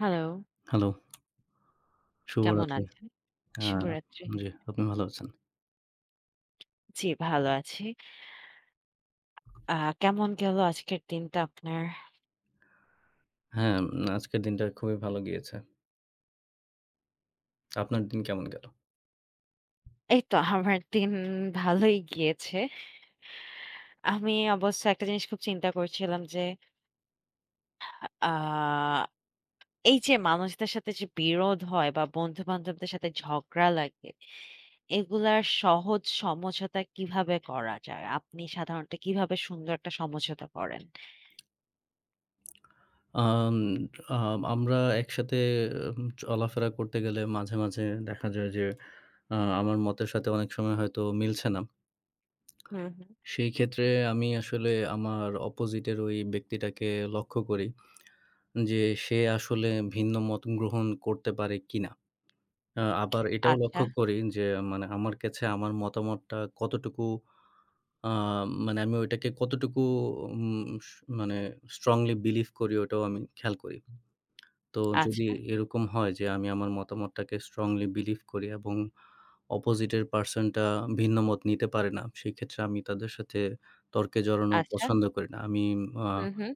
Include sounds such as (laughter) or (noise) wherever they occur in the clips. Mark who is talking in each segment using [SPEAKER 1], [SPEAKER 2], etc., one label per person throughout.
[SPEAKER 1] Hello,
[SPEAKER 2] hello,
[SPEAKER 1] কেমন
[SPEAKER 2] শুভরাত্রি।
[SPEAKER 1] আছেন?
[SPEAKER 2] হ্যাঁ,
[SPEAKER 1] শুভরাত্রি।
[SPEAKER 2] জি, আপনি ভালো আছেন?
[SPEAKER 1] জি, ভালো আছি। আ কেমন গেল আজকের দিনটা আপনার?
[SPEAKER 2] হ্যাঁ, আজকের দিনটা খুবই ভালো গিয়েছে। আপনার দিন কেমন গেল?
[SPEAKER 1] এই তো আমার দিন ভালোই গিয়েছে। আমি অবশ্য একটা জিনিস খুব চিন্তা করছিলাম যে, আ এই যে মানুষদের সাথে যে বিরোধ হয় বা বন্ধু-বান্ধবদের সাথে ঝগড়া লাগে, এগুলার সহজ সমঝোতা কিভাবে করা যায়? আপনি সাধারণত কিভাবে সুন্দর একটা সমঝোতা করেন?
[SPEAKER 2] আম আ আমরা একসাথে চলাফেরা করতে গেলে মাঝে, মাঝে দেখা যায় যে আমার মতের সাথে অনেক সময় হয়তো মিলছে না।
[SPEAKER 1] হুম, হুম।
[SPEAKER 2] সেই ক্ষেত্রে আমি আসলে আমার অপোজিটের ওই ব্যক্তিটাকে লক্ষ্য করি যে সে আসলে ভিন্ন মত গ্রহণ করতে পারে কিনা। আবার এটাও
[SPEAKER 1] আচ্ছা,
[SPEAKER 2] লক্ষ্য করি যে মানে আমার কাছে আমার মতামতটা কতটুকু আ মানে আমি ওইটাকে কতটুকু উম স মানে স্ট্রংলি বিলিভ করি ওটাও আমি খেয়াল করি। তো যদি
[SPEAKER 1] আচ্ছা,
[SPEAKER 2] এরকম হয় যে আমি আমার মতামতটাকে স্ট্রংলি বিলিভ করি এবং অপোজিটের পারসনটা ভিন্ন মত নিতে পারে না, সেক্ষেত্রে আমি তাদের সাথে তর্কে জড়ানো
[SPEAKER 1] আচ্ছা।
[SPEAKER 2] পছন্দ করি না। আমি আ
[SPEAKER 1] হুম, হুম।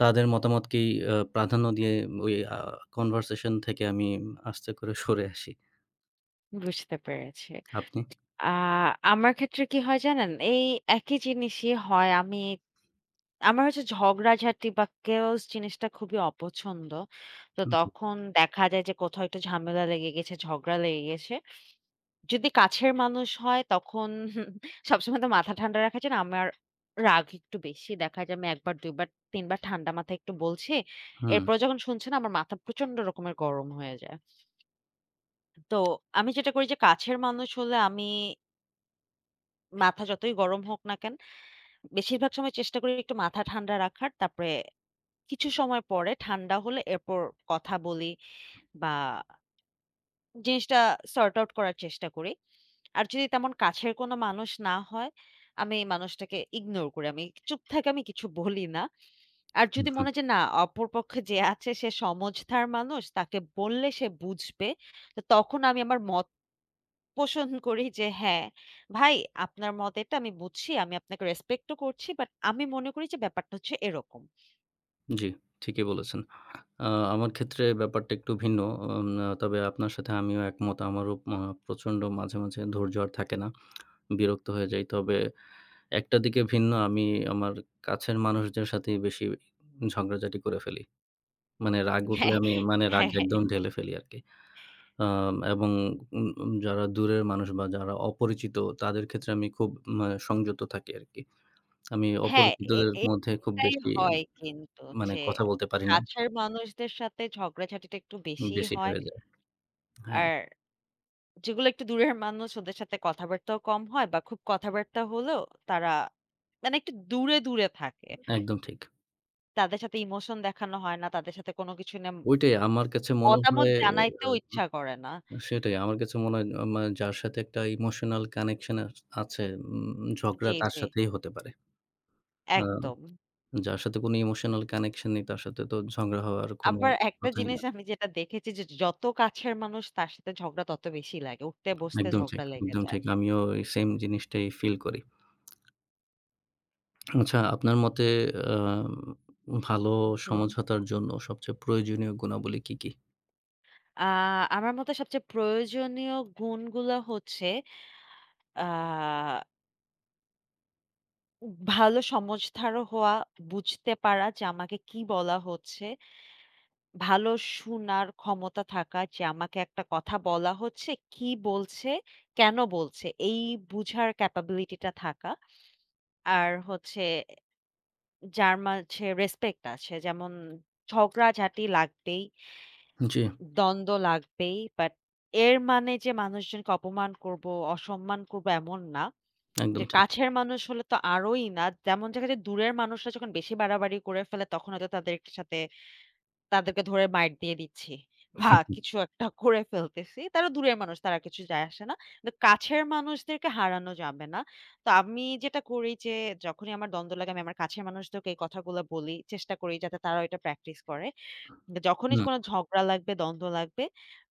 [SPEAKER 2] তাদের মতামতকেই প্রাধান্য দিয়ে ওই আ কনভারসেশন থেকে আমি আস্তে করে সরে আসি।
[SPEAKER 1] বুঝতে পেরেছি।
[SPEAKER 2] আপনি?
[SPEAKER 1] আ আমার ক্ষেত্রে কি হয় জানেন? এই একই জিনিসই হয়। আমার হচ্ছে ঝগড়াঝাটি বা chaos জিনিসটা খুবই অপছন্দ। তো
[SPEAKER 2] জি।
[SPEAKER 1] তখন দেখা যায় যে কোথাও একটু ঝামেলা লেগে গেছে, ঝগড়া লেগে গেছে। যদি কাছের মানুষ হয় তখন (laughs) সবসময় তো মাথা ঠান্ডা রাখা যায় না। আমার রাগ একটু বেশি। দেখা যায় আমি ১ বার, ২ বার, ৩ বার ঠান্ডা মাথায় একটু বলছি।
[SPEAKER 2] হুম।
[SPEAKER 1] এরপরে যখন শুনছে না আমার মাথা প্রচন্ড রকমের গরম হয়ে যায়। তো আমি যেটা করি যে কাছের মানুষ হলে আমি মাথা যতই গরম হোক না কেন বেশিরভাগ সময় চেষ্টা করি একটু মাথা ঠান্ডা রাখার। তারপরে কিছু সময় পরে ঠান্ডা হলে এরপর কথা বলি বা জিনিসটা সর্ট আউট করার চেষ্টা করি। আর যদি তেমন কাছের কোনো মানুষ না হয়, আমি মানুষটাকে ইগনোর করি। আমি চুপ থাকি, আমি কিছু বলি না। আর যদি মনে হয় যে না, অপর পক্ষে যে আছে সে সমঝদার মানুষ, তাকে বললে সে বুঝবে। তো তখন আমি আমার মত পোষণ করি যে হ্যাঁ, ভাই আপনার মত এটা আমি বুঝছি। আমি আপনাকে রেসপেক্ট ও করছি। বাট আমি মনে করি যে ব্যাপারটা হচ্ছে এরকম।
[SPEAKER 2] জি, ঠিকই বলেছেন। আ আমার ক্ষেত্রে ব্যাপারটা একটু ভিন্ন। উম আ তবে আপনার সাথে আমিও একমত। আমারও প্রচণ্ড মাঝে, মাঝে ধৈর্য আর থাকে না। বিরক্ত হয়ে যাই। তবে একটা দিকে ভিন্ন আমি আমার কাছের মানুষদের সাথেই বেশি ঝগড়াঝাটি করে ফেলি। মানে রাগ উঠলে
[SPEAKER 1] হ্যাঁ,
[SPEAKER 2] আমি মানে রাগ
[SPEAKER 1] হ্যাঁ, হ্যাঁ,
[SPEAKER 2] একদম ঢেলে ফেলি আরকি। এবং উম উম যারা দূরের মানুষ বা যারা অপরিচিত তাদের ক্ষেত্রে আমি খুব মানে সংযত থাকি আরকি। আমি
[SPEAKER 1] হ্যাঁ, এ
[SPEAKER 2] অপরিচিতদের
[SPEAKER 1] এ
[SPEAKER 2] মধ্যে খুব
[SPEAKER 1] এটাই
[SPEAKER 2] বেশি
[SPEAKER 1] হয় কিন্তু
[SPEAKER 2] মানে
[SPEAKER 1] যে
[SPEAKER 2] কথা বলতে পারি না।
[SPEAKER 1] কাছের মানুষদের সাথে ঝগড়াঝাটিটা একটু বেশিই
[SPEAKER 2] বেশি
[SPEAKER 1] হয়।
[SPEAKER 2] হয়ে যায়। হ্যাঁ,
[SPEAKER 1] আর যেগুলো একটু দূরের মানুষ ওদের সাথে কথাবার্তাও কম হয় বা খুব কথাবার্তা হলেও তারা মানে একটু দূরে, দূরে থাকে।
[SPEAKER 2] একদম ঠিক।
[SPEAKER 1] তাদের সাথে ইমোশন দেখানো হয় না। তাদের সাথে কোনো কিছু নিয়ে
[SPEAKER 2] ওইটাই আমার কাছে মনে
[SPEAKER 1] মতামত
[SPEAKER 2] হয়
[SPEAKER 1] জানাইতেও ইচ্ছা করে না।
[SPEAKER 2] সেটাই। আমার কাছে মনে হয় মানে যার সাথে একটা ইমোশনাল কানেকশন আছে, ঝগড়া
[SPEAKER 1] জি,
[SPEAKER 2] তার
[SPEAKER 1] জি।
[SPEAKER 2] সাথেই হতে পারে। আ
[SPEAKER 1] একদম।
[SPEAKER 2] যার সাথে কোনো ইমোশনাল কানেকশন নেই তার সাথে তো ঝগড়া হওয়ার কোনো
[SPEAKER 1] আবার একটা
[SPEAKER 2] কথাই না।
[SPEAKER 1] জিনিস আমি যেটা দেখেছি যে যত কাছের মানুষ তার সাথে ঝগড়া তত বেশি লাগে। উঠতে বসতে
[SPEAKER 2] একদম ঠিক,
[SPEAKER 1] ঝগড়া লেগে
[SPEAKER 2] একদম
[SPEAKER 1] যায়।
[SPEAKER 2] ঠিক। আমিও এই সেম জিনিসটাই ফিল করি। আচ্ছা আপনার মতে আ ভালো
[SPEAKER 1] হুম, হুম।
[SPEAKER 2] সমঝোতার জন্য সবচেয়ে প্রয়োজনীয় গুণাবলী কি, কি?
[SPEAKER 1] আ আমার মতে সবচেয়ে প্রয়োজনীয় গুণগুলো হচ্ছে আ ভালো সমঝদারও হওয়া, বুঝতে পারা যে আমাকে কি বলা হচ্ছে, ভালো শোনার ক্ষমতা থাকা যে আমাকে একটা কথা বলা হচ্ছে, কি বলছে, কেন বলছে এই বুঝার ক্যাপাবিলিটি টা থাকা। আর হচ্ছে যার মাঝে রেসপেক্ট আছে। যেমন ঝগড়াঝাটি লাগবেই,
[SPEAKER 2] জি,
[SPEAKER 1] দ্বন্দ্ব লাগবেই। বাট এর মানে যে মানুষজনকে অপমান করব, অসম্মান করব এমন না।
[SPEAKER 2] একদম
[SPEAKER 1] যে
[SPEAKER 2] ঠিক।
[SPEAKER 1] কাছের মানুষ হলে তো আরোই না। যেমন দেখা যায় দূরের মানুষরা যখন বেশি বাড়াবাড়ি করে ফেলে তখন হয়তো তাদের সাথে তাদেরকে ধরে মাইর দিয়ে দিচ্ছি বা কিছু একটা করে ফেলতেছি। তারা দূরের মানুষ, তারা কিছু যায় আসে না। কিন্তু কাছের মানুষদেরকে হারানো যাবে না। তো আমি যেটা করি যে যখনই আমার দ্বন্দ্ব লাগে আমি আমার কাছের মানুষদেরকে এই কথাগুলো বলি। চেষ্টা করি যাতে তারাও এটা প্র্যাকটিস করে। যখনই
[SPEAKER 2] হুম,
[SPEAKER 1] কোনো ঝগড়া লাগবে, দ্বন্দ্ব লাগবে,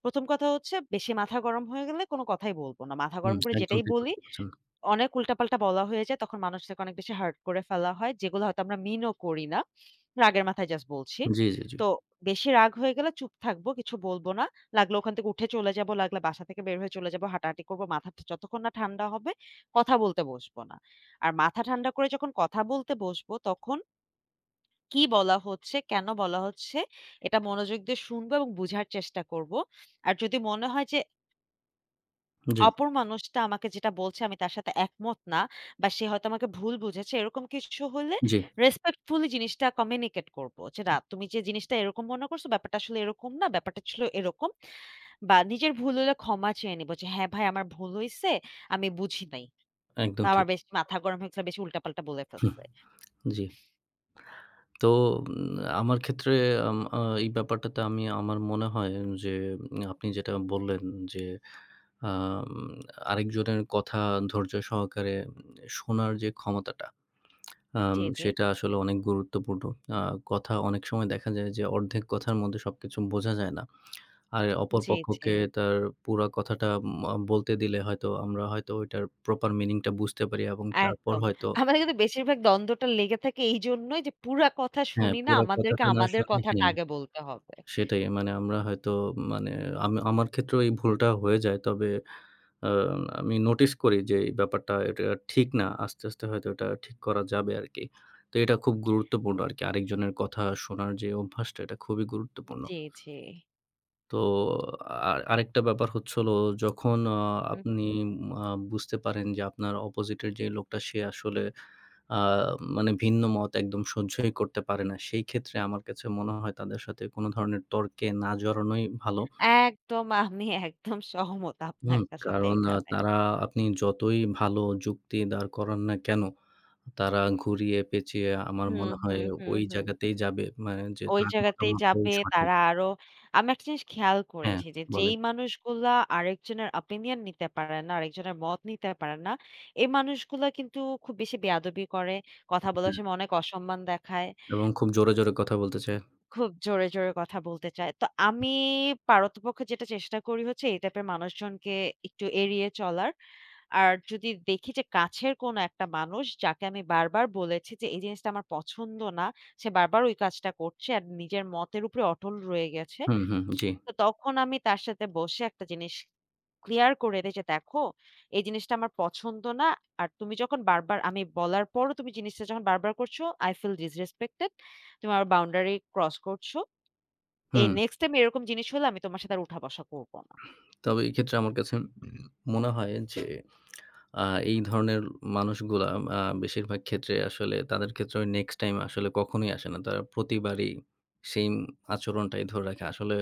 [SPEAKER 1] ১ম কথা হচ্ছে বেশি মাথা গরম হয়ে গেলে কোনো কথাই বলব না। মাথা
[SPEAKER 2] হুম,
[SPEAKER 1] গরম করে
[SPEAKER 2] একদম
[SPEAKER 1] যেটাই
[SPEAKER 2] ঠিক কথা
[SPEAKER 1] বলি
[SPEAKER 2] বলেছেন।
[SPEAKER 1] অনেক উল্টাপাল্টা বলা হয়ে যায়। তখন মানুষদেরকে অনেক বেশি হার্ট করে ফেলা হয়। যেগুলো হয়তো আমরা মিনও করি না। রাগের মাথায় জাস্ট বলছি।
[SPEAKER 2] জি, জি, জি,
[SPEAKER 1] তো বেশি রাগ হয়ে গেলে চুপ থাকবো, কিছু বলবো না। লাগলে ওখান থেকে উঠে চলে যাবো, লাগলে বাসা থেকে বের হয়ে চলে যাবো। হাঁটাহাঁটি করবো। মাথা যতক্ষণ না ঠান্ডা হবে, কথা বলতে বসবো না। আর মাথা ঠান্ডা করে যখন কথা বলতে বসবো, তখন কি বলা হচ্ছে, কেন বলা হচ্ছে, এটা মনোযোগ দিয়ে শুনবো এবং বুঝার চেষ্টা করবো। আর যদি মনে হয় যে
[SPEAKER 2] জি,
[SPEAKER 1] অপর মানুষটা আমাকে যেটা বলছে আমি তার সাথে একমত না বা সে হয়তো আমাকে ভুল বুঝেছে। এরকম কিছু হলে
[SPEAKER 2] জি।
[SPEAKER 1] রেসপেক্টফুলি জিনিসটা কমিউনিকেট করব। যে না তুমি যে জিনিসটা এরকম মনে করছো ব্যাপারটা আসলে এরকম না। ব্যাপারটা ছিল এরকম। বা নিজের ভুল হলে ক্ষমা চেয়ে নিব যে হ্যাঁ, ভাই আমার ভুল হইছে। আমি বুঝি নাই। বা
[SPEAKER 2] একদম
[SPEAKER 1] আমার
[SPEAKER 2] ঠিক।
[SPEAKER 1] বেশ মাথা গরম হয়েছিল বেশি উল্টাপাল্টা বলে
[SPEAKER 2] হুম,
[SPEAKER 1] ফেলছে।
[SPEAKER 2] জি। তো উম আমার ক্ষেত্রে আম আ এই ব্যাপারটাতে আমি আমার মনে হয় যে আপনি যেটা বললেন যে আম আরেকজনের কথা ধৈর্য সহকারে শোনার যে ক্ষমতাটা,
[SPEAKER 1] জি, জি।
[SPEAKER 2] সেটা আসলে অনেক গুরুত্বপূর্ণ। আ কথা অনেক সময় দেখা যায় যে অর্ধেক কথার মধ্যে সবকিছু বোঝা যায় না। আর অপর
[SPEAKER 1] জি, জি।
[SPEAKER 2] পক্ষকে তার পুরা কথাটা ম বলতে দিলে হয়তো আমরা হয়তো ওইটার প্রপার মিনিংটা বুঝতে পারি এবং তারপর
[SPEAKER 1] একদম।
[SPEAKER 2] হয়তো
[SPEAKER 1] আমাদের কিন্তু বেশিরভাগ দ্বন্দ্বটা লেগে থাকে এইজন্যই যে পুরা কথা
[SPEAKER 2] হ্যাঁ,
[SPEAKER 1] শুনি না।
[SPEAKER 2] পুরা
[SPEAKER 1] আমাদেরকে
[SPEAKER 2] কথাটা না
[SPEAKER 1] আমাদের
[SPEAKER 2] শুনে
[SPEAKER 1] কথাটা
[SPEAKER 2] হ্যাঁ।
[SPEAKER 1] আগে বলতে হবে।
[SPEAKER 2] সেটাই, মানে আমরা হয়তো মানে আমি আমার ক্ষেত্রেও এই ভুলটা হয়ে যায়। তবে আ আমি নোটিস করি যে এই ব্যাপারটা এটা ঠিক না। আস্তে, আস্তে হয়তো এটা ঠিক করা যাবে আরকি। তো এটা খুব গুরুত্বপূর্ণ আরকি। আরেকজনের কথা শোনার যে অভ্যাসটা এটা খুবই গুরুত্বপূর্ণ।
[SPEAKER 1] জি, জি।
[SPEAKER 2] তো আরেকটা ব্যাপার হচ্ছে হলো যখন
[SPEAKER 1] হু,
[SPEAKER 2] আপনি
[SPEAKER 1] হু।
[SPEAKER 2] আ বুঝতে পারেন যে আপনার অপোজিটের যে লোকটা সে আসলে আ মানে ভিন্ন মত একদম সহ্যই করতে পারে না। সেই ক্ষেত্রে আমার কাছে মনে হয় তাদের সাথে কোনো ধরনের তর্কে না জড়ানোই ভালো।
[SPEAKER 1] একদম আমি একদম সহমত আপনার
[SPEAKER 2] হুম?
[SPEAKER 1] কা সাথে
[SPEAKER 2] কারণ
[SPEAKER 1] এখানে।
[SPEAKER 2] তারা, আপনি যতই ভালো যুক্তি দাঁড় করান না কেন, তারা ঘুরিয়ে পেঁচিয়ে আমার
[SPEAKER 1] হুম,
[SPEAKER 2] মনে হয়
[SPEAKER 1] হুম, হুম,
[SPEAKER 2] ওই
[SPEAKER 1] হুম।
[SPEAKER 2] জায়গাতেই যাবে। মানে যে
[SPEAKER 1] ওই
[SPEAKER 2] তার
[SPEAKER 1] জায়গাতেই
[SPEAKER 2] মতামতটাই
[SPEAKER 1] যাবে
[SPEAKER 2] সঠিক।
[SPEAKER 1] তারা আরো। আমি একটা জিনিস খেয়াল
[SPEAKER 2] হ্যাঁ,
[SPEAKER 1] করেছি যে, যেই
[SPEAKER 2] বলেন।
[SPEAKER 1] মানুষগুলা আরেকজনের opinion নিতে পারে না, আরেকজনের মত নিতে পারে না, এই মানুষগুলা কিন্তু খুব বেশি বেয়াদবি করে, কথা বলার
[SPEAKER 2] হ্যাঁ,
[SPEAKER 1] সময় অনেক অসম্মান দেখায়।
[SPEAKER 2] এবং খুব জোরে, জোরে কথা বলতে চায়।
[SPEAKER 1] খুব জোরে, জোরে কথা বলতে চায়। তো আমি পারতপক্ষে যেটা চেষ্টা করি হচ্ছে এই টাইপের মানুষজনকে একটু এড়িয়ে চলার। আর যদি দেখি যে কাছের কোনো একটা মানুষ যাকে আমি বারবার বলেছি যে, "এই জিনিসটা আমার পছন্দ না।" সে বারবার ওই কাজটা করছে আর নিজের মতের উপরে অটল রয়ে গেছে।
[SPEAKER 2] হুম, হুম। জি।
[SPEAKER 1] তো তখন আমি তার সাথে বসে একটা জিনিস ক্লিয়ার করে দেই যে, "দেখো, এই জিনিসটা আমার পছন্দ না। আর তুমি যখন বারবার আমি বলার পরও তুমি জিনিসটা যখন বারবার করছো, I feel disrespected তুমি আমার বাউন্ডারি ক্রস করছো। এই
[SPEAKER 2] হুম,
[SPEAKER 1] নেক্সট টাইম এরকম জিনিস হলে আমি তোমার সাথে আর উঠা-বসা করব না।"
[SPEAKER 2] তবে এক্ষেত্রে আমার কাছে মনে হয় যে আ এই ধরনের মানুষগুলা বেশিরভাগ ক্ষেত্রে আসলে তাদের ক্ষেত্রে ওই নেক্সট টাইম আসলে কখনোই আসে না। তারা প্রতিবারই সেইম আচরণটাই ধরে রাখে। আসলে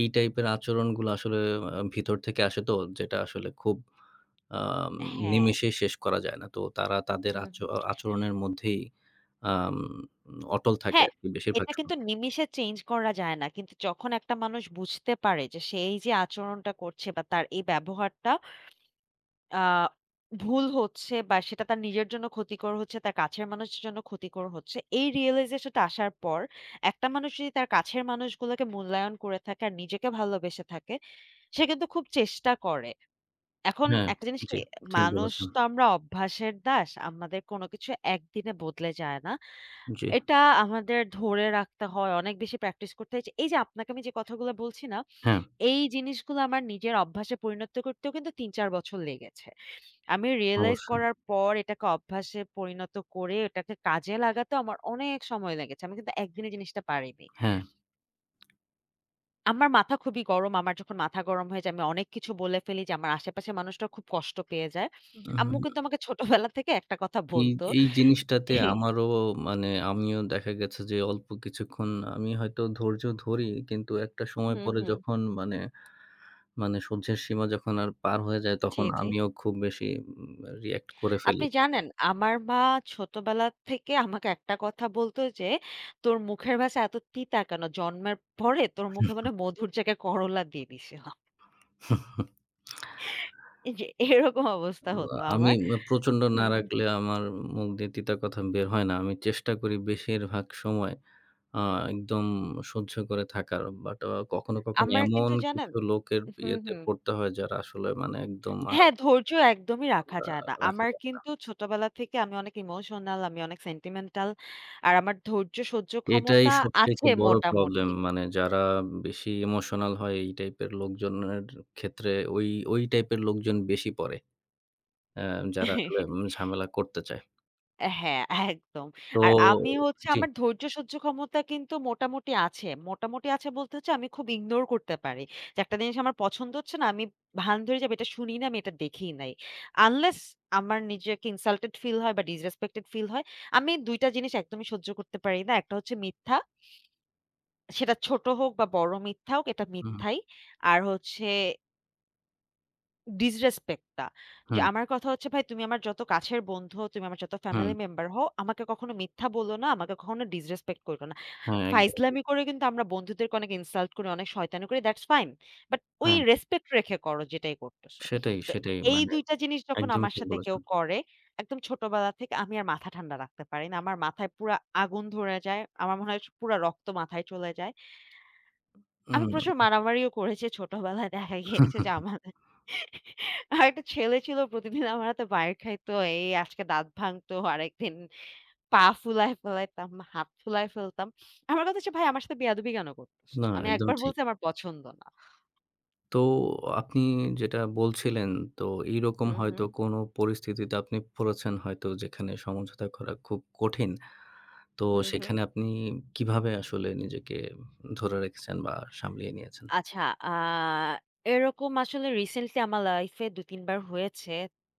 [SPEAKER 2] এই টাইপের আচরণগুলো আসলে ভিতর থেকে আসে, তো যেটা আসলে খুব আম
[SPEAKER 1] হ্যাঁ।
[SPEAKER 2] নিমেষেই শেষ করা যায় না। তো তারা তাদের
[SPEAKER 1] হুম, হুম।
[SPEAKER 2] আচরণের মধ্যেই আম অটল থাকে
[SPEAKER 1] হ্যাঁ,
[SPEAKER 2] আরকি বেশিরভাগ
[SPEAKER 1] এটা কিন্তু
[SPEAKER 2] সময়।
[SPEAKER 1] নিমিষে চেঞ্জ করা যায় না। কিন্তু যখন একটা মানুষ বুঝতে পারে যে সে এই যে আচরণটা করছে বা তার এই ব্যবহারটা আ ভুল হচ্ছে বা সেটা তার নিজের জন্য ক্ষতিকর হচ্ছে, তার কাছের মানুষের জন্য ক্ষতিকর হচ্ছে। এই রিয়ালাইজেশনটা আসার পর একটা মানুষ যদি তার কাছের মানুষগুলোকে মূল্যায়ন করে থাকে আর নিজেকে ভালোবেসে থাকে, সে কিন্তু খুব চেষ্টা করে। এখন
[SPEAKER 2] হ্যাঁ,
[SPEAKER 1] একটা জিনিস কি
[SPEAKER 2] জি, ঠিক
[SPEAKER 1] মানুষ
[SPEAKER 2] বলেছেন।
[SPEAKER 1] তো আমরা অভ্যাসের দাস। আমাদের কোনো কিছু একদিনে বদলে যায় না।
[SPEAKER 2] জি,
[SPEAKER 1] এটা আমাদের ধরে রাখতে হয়। অনেক বেশি প্র্যাকটিস করতে হয়। এই যে আপনাকে আমি যে কথাগুলো বলছি না,
[SPEAKER 2] হ্যাঁ,
[SPEAKER 1] এই জিনিসগুলো আমার নিজের অভ্যাসে পরিণত করতেও কিন্তু ৩-৪ বছর লেগেছে। আমি রিয়ালাইজ
[SPEAKER 2] অবশ্যই।
[SPEAKER 1] করার পর এটাকে অভ্যাসে পরিণত করে এটাকে কাজে লাগাতেও আমার অনেক সময় লেগেছে। আমি কিন্তু একদিনে জিনিসটা পারিনি।
[SPEAKER 2] হ্যাঁ,
[SPEAKER 1] আমার মাথা খুবই গরম। আমার যখন মাথা গরম হয়ে যায়, আমি অনেক কিছু বলে ফেলি যে আমার আশেপাশের মানুষরা খুব কষ্ট পেয়ে যায়। আম্মু
[SPEAKER 2] উম
[SPEAKER 1] কিন্তু আমাকে ছোটবেলা থেকে একটা কথা
[SPEAKER 2] এই
[SPEAKER 1] বলতো।
[SPEAKER 2] এই জিনিসটাতে আমারও মানে আমিও দেখা গেছে যে অল্প কিছুক্ষণ আমি হয়তো ধৈর্য ধরি। কিন্তু একটা সময়
[SPEAKER 1] হুম,
[SPEAKER 2] পরে
[SPEAKER 1] হুম।
[SPEAKER 2] যখন মানে, মানে সহ্যের সীমা যখন আর পার হয়ে যায়
[SPEAKER 1] জি,
[SPEAKER 2] তখন
[SPEAKER 1] জি।
[SPEAKER 2] আমিও খুব বেশি রিঅ্যাক্ট করে ফেলি।
[SPEAKER 1] আপনি জানেন আমার মা ছোটবেলা থেকে আমাকে একটা কথা বলতো যে, "তোর মুখের ভাষা এত তিতা কেন? জন্মের পরে তোর মুখে মনে হয় মধুর জায়গায় করলা দিয়ে দিছিলাম।" এই যে এরকম অবস্থা হতো
[SPEAKER 2] আমি
[SPEAKER 1] আমার।
[SPEAKER 2] প্রচণ্ড না
[SPEAKER 1] হুম, হুম।
[SPEAKER 2] রাখলে আমার মুখ দিয়ে তিতা কথা বের হয় না। আমি চেষ্টা করি বেশিরভাগ সময় আ একদম সহ্য করে থাকার। বাট কখনো, কখনো
[SPEAKER 1] আমার
[SPEAKER 2] এমন
[SPEAKER 1] কিন্তু জানেন।
[SPEAKER 2] কিছু লোকের
[SPEAKER 1] হুম,
[SPEAKER 2] ইয়েতে
[SPEAKER 1] হুম।
[SPEAKER 2] পড়তে হয় যারা আসলে মানে একদম আর
[SPEAKER 1] হ্যাঁ, ধৈর্য একদমই রাখা
[SPEAKER 2] আ
[SPEAKER 1] যায় না।
[SPEAKER 2] রাখা
[SPEAKER 1] আমার
[SPEAKER 2] যায় না।
[SPEAKER 1] কিন্তু ছোটবেলা থেকে আমি অনেক ইমোশনাল, আমি অনেক সেন্টিমেন্টাল। আর আমার ধৈর্য সহ্য
[SPEAKER 2] এটাই
[SPEAKER 1] ক্ষমতা
[SPEAKER 2] সবচাইতে
[SPEAKER 1] আছে
[SPEAKER 2] বড় প্রবলেম।
[SPEAKER 1] মোটামুটি।
[SPEAKER 2] মানে যারা বেশি ইমোশনাল হয় এই টাইপের লোকজনের ক্ষেত্রে ওই, ওই টাইপের লোকজন বেশি পড়ে। যারা আসলে
[SPEAKER 1] (laughs)
[SPEAKER 2] ঝামেলা করতে চায়।
[SPEAKER 1] হ্যাঁ, একদম।
[SPEAKER 2] তো
[SPEAKER 1] আর আমি হচ্ছে
[SPEAKER 2] জি।
[SPEAKER 1] আমার ধৈর্য সহ্য ক্ষমতা কিন্তু মোটামুটি আছে। মোটামুটি আছে বলতে হচ্ছে আমি খুব ইগনোর করতে পারি। যে একটা জিনিস আমার পছন্দ হচ্ছে না, আমি ভান ধরে যাবো এটা শুনি না, আমি এটা দেখি নাই। আনলেস আমার নিজেকে ইনসাল্টেড ফিল হয় বা ডিসরেসপেক্টেড ফিল হয়। আমি ২ টা জিনিস একদমই সহ্য করতে পারি না। একটা হচ্ছে মিথ্যা সেটা ছোট হোক বা বড় মিথ্যা হোক, এটা
[SPEAKER 2] হুম,
[SPEAKER 1] মিথ্যাই। আর হচ্ছে disrespect টা। যে
[SPEAKER 2] হুম,
[SPEAKER 1] আমার কথা হচ্ছে ভাই তুমি আমার যত কাছের বন্ধু হও, তুমি আমার যত
[SPEAKER 2] হুম।
[SPEAKER 1] ফ্যামিলি মেম্বার হও, আমাকে কখনো মিথ্যা বলো না, আমাকে কখনো disrespect করো না।
[SPEAKER 2] হ্যাঁ, একদমই ঠিক।
[SPEAKER 1] ফাইজলামি করে কিন্তু আমরা বন্ধুদেরকে অনেক ইনসাল্ট করি, অনেক শয়তানি করি। That's fine. বাট ওই
[SPEAKER 2] হ্যাঁ,
[SPEAKER 1] রেসপেক্ট রেখে করো যেটাই করতেছো।
[SPEAKER 2] সেটাই,
[SPEAKER 1] তো
[SPEAKER 2] সেটাই
[SPEAKER 1] এই
[SPEAKER 2] মানে
[SPEAKER 1] ২ টা জিনিস যখন
[SPEAKER 2] একদমই
[SPEAKER 1] আমার
[SPEAKER 2] ঠিক
[SPEAKER 1] সাথে কেউ
[SPEAKER 2] বলেছেন।
[SPEAKER 1] করে, একদম ছোটবেলা থেকে আমি আর মাথা ঠান্ডা রাখতে পারি না। আমার মাথায় পুরা আগুন ধরে যায়। আমার মনে হয় পুরা রক্ত মাথায় চলে যায়। আমি
[SPEAKER 2] হুম,
[SPEAKER 1] প্রচুর মারামারিও করেছি ছোটবেলায়। দেখা গিয়েছে যে আমাদের আরেকটা ছেলে ছিল প্রতিদিন আমার হাতে মাইর খাইতো। এই আজকে দাঁত ভাঙতো, আরেকদিন পা ফুলায় ফেলাইতাম, হাত ফুলায় ফেলতাম। আমার কথা হচ্ছে, "ভাই আমার সাথে বেয়াদবি কেন করতেছ?"
[SPEAKER 2] না
[SPEAKER 1] আমি একবার
[SPEAKER 2] একদমই ঠিক।
[SPEAKER 1] বলছি, "আমার পছন্দ না।"
[SPEAKER 2] তো আপনি যেটা বলছিলেন, তো এইরকম
[SPEAKER 1] হুম,
[SPEAKER 2] হয়তো
[SPEAKER 1] হুম,
[SPEAKER 2] কোনো পরিস্থিতিতে আপনি পড়েছেন হয়তো যেখানে সমঝোতা করা খুব কঠিন। তো
[SPEAKER 1] হুম, হুম।
[SPEAKER 2] সেখানে আপনি কিভাবে আসলে নিজেকে ধরে রেখেছেন বা সামলিয়ে নিয়েছেন?
[SPEAKER 1] আচ্ছা, আ এরকম আসলে রিসেন্টলি আমার লাইফে ২-৩ বার হয়েছে।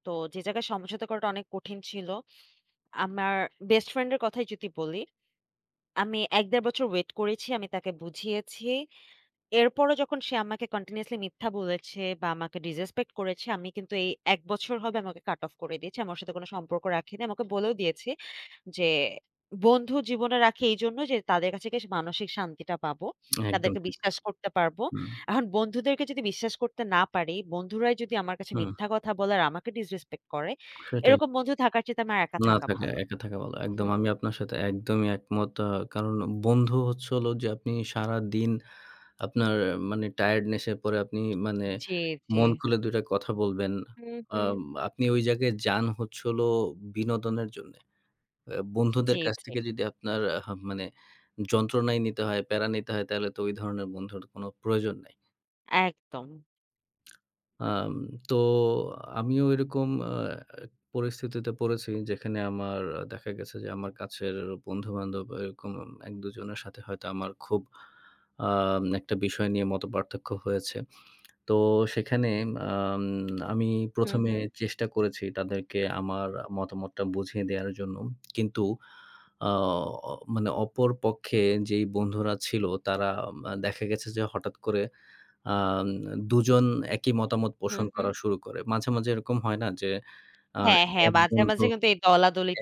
[SPEAKER 1] তো যে জায়গায় সমঝোতা করাটা অনেক কঠিন ছিল। আমার বেস্ট ফ্রেন্ড এর কথাই যদি বলি আমি ১-১.৫ বছর ওয়েট করেছি। আমি তাকে বুঝিয়েছি। এরপরও যখন সে আমাকে কন্টিনিউয়াসলি মিথ্যা বলেছে বা আমাকে ডিসরেসপেক্ট করেছে, আমি কিন্তু এই ১ বছর হবে আমি ওকে কাট অফ করে দিয়েছি। আমি ওর সাথে কোনো সম্পর্ক রাখিনি। আমি ওকে বলেও দিয়েছি যে, বন্ধু জীবনে রাখি এইজন্য যে তাদের কাছে গিয়ে মানসিক শান্তিটা পাবো।
[SPEAKER 2] একদম
[SPEAKER 1] তাদেরকে
[SPEAKER 2] ঠিক।
[SPEAKER 1] বিশ্বাস করতে পারবো।
[SPEAKER 2] হুম,
[SPEAKER 1] এখন বন্ধুদেরকে যদি বিশ্বাস করতে না পারি, বন্ধুরাই যদি আমার কাছে
[SPEAKER 2] হুম,
[SPEAKER 1] মিথ্যা কথা বলে আর আমাকে ডিসরেসপেক্ট করে,
[SPEAKER 2] সেটাই।
[SPEAKER 1] এরকম বন্ধু থাকার চাইতে আমার একা
[SPEAKER 2] না
[SPEAKER 1] থাকা
[SPEAKER 2] থাকা,
[SPEAKER 1] ভালো।
[SPEAKER 2] একা থাকা ভালো। একদম
[SPEAKER 1] হুম।
[SPEAKER 2] আমি আপনার সাথে একদমই একমত। কারণ বন্ধু হচ্ছে হলো যে আপনি সারাদিন আপনার আহ, মানে টায়ার্ডনেস এর পরে আপনি মানে
[SPEAKER 1] জি, জি।
[SPEAKER 2] মন খুলে ২ টা কথা বলবেন।
[SPEAKER 1] হুম, হুম।
[SPEAKER 2] আম আপনি ওই জায়গায় যান হচ্ছে হলো বিনোদনের জন্যে।
[SPEAKER 1] জি,
[SPEAKER 2] বন্ধুদের কাছ
[SPEAKER 1] জি।
[SPEAKER 2] থেকে যদি আপনার আহ মানে যন্ত্রণাই নিতে হয়, প্যারা নিতে হয় তাহলে তো ওই ধরনের বন্ধুর কোনো প্রয়োজন নেই।
[SPEAKER 1] একদম।
[SPEAKER 2] আম তো আমিও এরকম পরিস্থিতিতে পড়েছি, যেখানে আমার দেখা গেছে যে আমার কাছের বন্ধু-বান্ধব এরকম ১-২ জনের সাথে হয়তো আমার খুব একটা বিষয় নিয়ে মতপার্থক্য হয়েছে। তো সেখানে আম আমি
[SPEAKER 1] হুম,
[SPEAKER 2] ১ম এ
[SPEAKER 1] হুম।
[SPEAKER 2] চেষ্টা করেছি তাদেরকে আমার মতামতটা বুঝিয়ে দেওয়ার জন্য। কিন্তু আ মানে অপর পক্ষে যেই বন্ধুরা ছিল তারা দেখা গেছে যে হঠাৎ করে আম ২ জন একই মতামত
[SPEAKER 1] হুম,
[SPEAKER 2] পোষণ করা
[SPEAKER 1] হুম।
[SPEAKER 2] শুরু করে। মাঝে, মাঝে এরকম হয় না যে? আ
[SPEAKER 1] হ্যাঁ, হ্যাঁ।
[SPEAKER 2] এক
[SPEAKER 1] মাঝে,
[SPEAKER 2] বন্ধু
[SPEAKER 1] মাঝে কিন্তু এই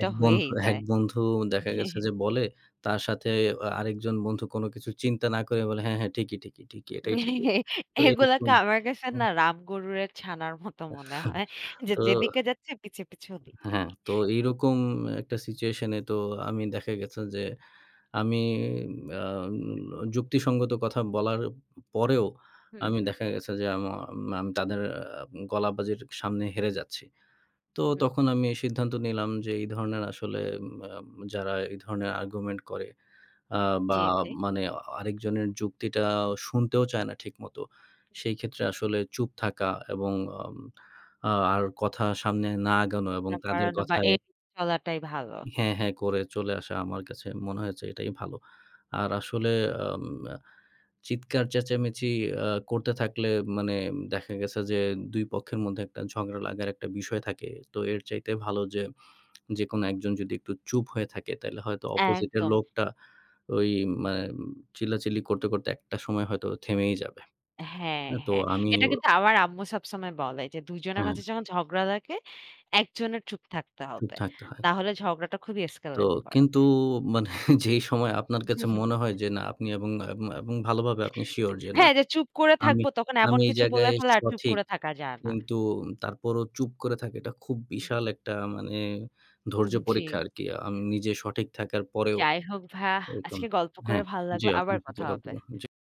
[SPEAKER 1] হয়েই
[SPEAKER 2] এক
[SPEAKER 1] যায়।
[SPEAKER 2] বন্ধু দেখা গেছে যে বলে, তার সাথে আরেকজন বন্ধু কোনো কিছু চিন্তা না করে বলে, "হ্যাঁ, হ্যাঁ, ঠিকই, ঠিকই, ঠিকই, এটাই ঠিকই।" তো এরকম
[SPEAKER 1] এগুলাকে আমার কাছে
[SPEAKER 2] হুম,
[SPEAKER 1] না রামগরুরের ছানার মতো মনে হয়। যে
[SPEAKER 2] তো
[SPEAKER 1] যেদিকে যাচ্ছে পিছে, পিছে ওদিকে।
[SPEAKER 2] হ্যাঁ, তো এইরকম একটা সিচুয়েশন এ তো আমি দেখা গেছে যে আমি আ যুক্তিসঙ্গত কথা বলার পরেও
[SPEAKER 1] হুম,
[SPEAKER 2] আমি
[SPEAKER 1] হুম,
[SPEAKER 2] দেখা গেছে যে আমি তাদের আ গলাবাজির সামনে হেরে যাচ্ছি। তো
[SPEAKER 1] হুম।
[SPEAKER 2] তখন আমি সিদ্ধান্ত নিলাম যে এই ধরনের আসলে আম যারা এই ধরনের আর্গুমেন্ট করে আ বা
[SPEAKER 1] জি, জি।
[SPEAKER 2] মানে আরেকজনের যুক্তিটা শুনতেও চায় না ঠিকমতো। সেই ক্ষেত্রে আসলে চুপ থাকা এবং আম আ আর কথা সামনে না আগানো এবং
[SPEAKER 1] না
[SPEAKER 2] তাদের
[SPEAKER 1] বাড়ানো বা
[SPEAKER 2] কথায়
[SPEAKER 1] এড়িয়ে চলাটাই ভালো।
[SPEAKER 2] হ্যাঁ, হ্যাঁ করে চলে আসা আমার কাছে মনে হয়েছে এটাই ভালো। আর আসলে আম চিৎকার চেঁচামেচি করতে থাকলে মানে দেখা গেছে যে ২ পক্ষের মধ্যে একটা ঝগড়া লাগার একটা বিষয় থাকে। তো এর চাইতে ভালো যে যেকোনো একজন যদি একটু চুপ হয়ে থাকে, তাইলে হয়তো অপোজিটের
[SPEAKER 1] একদম।
[SPEAKER 2] লোকটা ওই মানে চিল্লাচিল্লি করতে, করতে একটা সময় হয়তো থেমেই যাবে।
[SPEAKER 1] হ্যাঁ,
[SPEAKER 2] হ্যাঁ, তো
[SPEAKER 1] হ্যাঁ।
[SPEAKER 2] আমি,
[SPEAKER 1] এটা কিন্তু আমার আম্মু সবসময় বলে যে ২ জনের
[SPEAKER 2] হ্যাঁ,
[SPEAKER 1] মাঝে যখন ঝগড়া লাগে, একজনের চুপ থাকতে
[SPEAKER 2] চুপ
[SPEAKER 1] হবে।
[SPEAKER 2] থাকতে হয়।
[SPEAKER 1] না হলে ঝগড়াটা খুবই
[SPEAKER 2] তো
[SPEAKER 1] এসকেলেট করে।
[SPEAKER 2] কিন্তু মানে (laughs) যেই সময় আপনার কাছে মনে হয় যে না আপনি এবং এবং এবং ভালোভাবে আপনি সিউর যে না
[SPEAKER 1] হ্যাঁ, যে চুপ করে
[SPEAKER 2] আমি
[SPEAKER 1] থাকবো তখন
[SPEAKER 2] আমি
[SPEAKER 1] এমন
[SPEAKER 2] এই
[SPEAKER 1] কিছু বলে
[SPEAKER 2] জায়গায়
[SPEAKER 1] ফেলে আর চুপ
[SPEAKER 2] সঠিক।
[SPEAKER 1] করে থাকা যায় না।
[SPEAKER 2] কিন্তু তারপরও চুপ করে থাকা এটা খুব বিশাল একটা মানে ধৈর্য
[SPEAKER 1] জি,
[SPEAKER 2] পরীক্ষা আরকি। আমি নিজে সঠিক থাকার পরেও
[SPEAKER 1] যাই হোক ভাইয়া
[SPEAKER 2] এরকম
[SPEAKER 1] আজকে গল্প করে
[SPEAKER 2] হ্যাঁ,
[SPEAKER 1] ভালো
[SPEAKER 2] জি
[SPEAKER 1] লাগলো।
[SPEAKER 2] আপনি
[SPEAKER 1] আবার
[SPEAKER 2] যে
[SPEAKER 1] কথা হবে।
[SPEAKER 2] গল্পগুলো জি।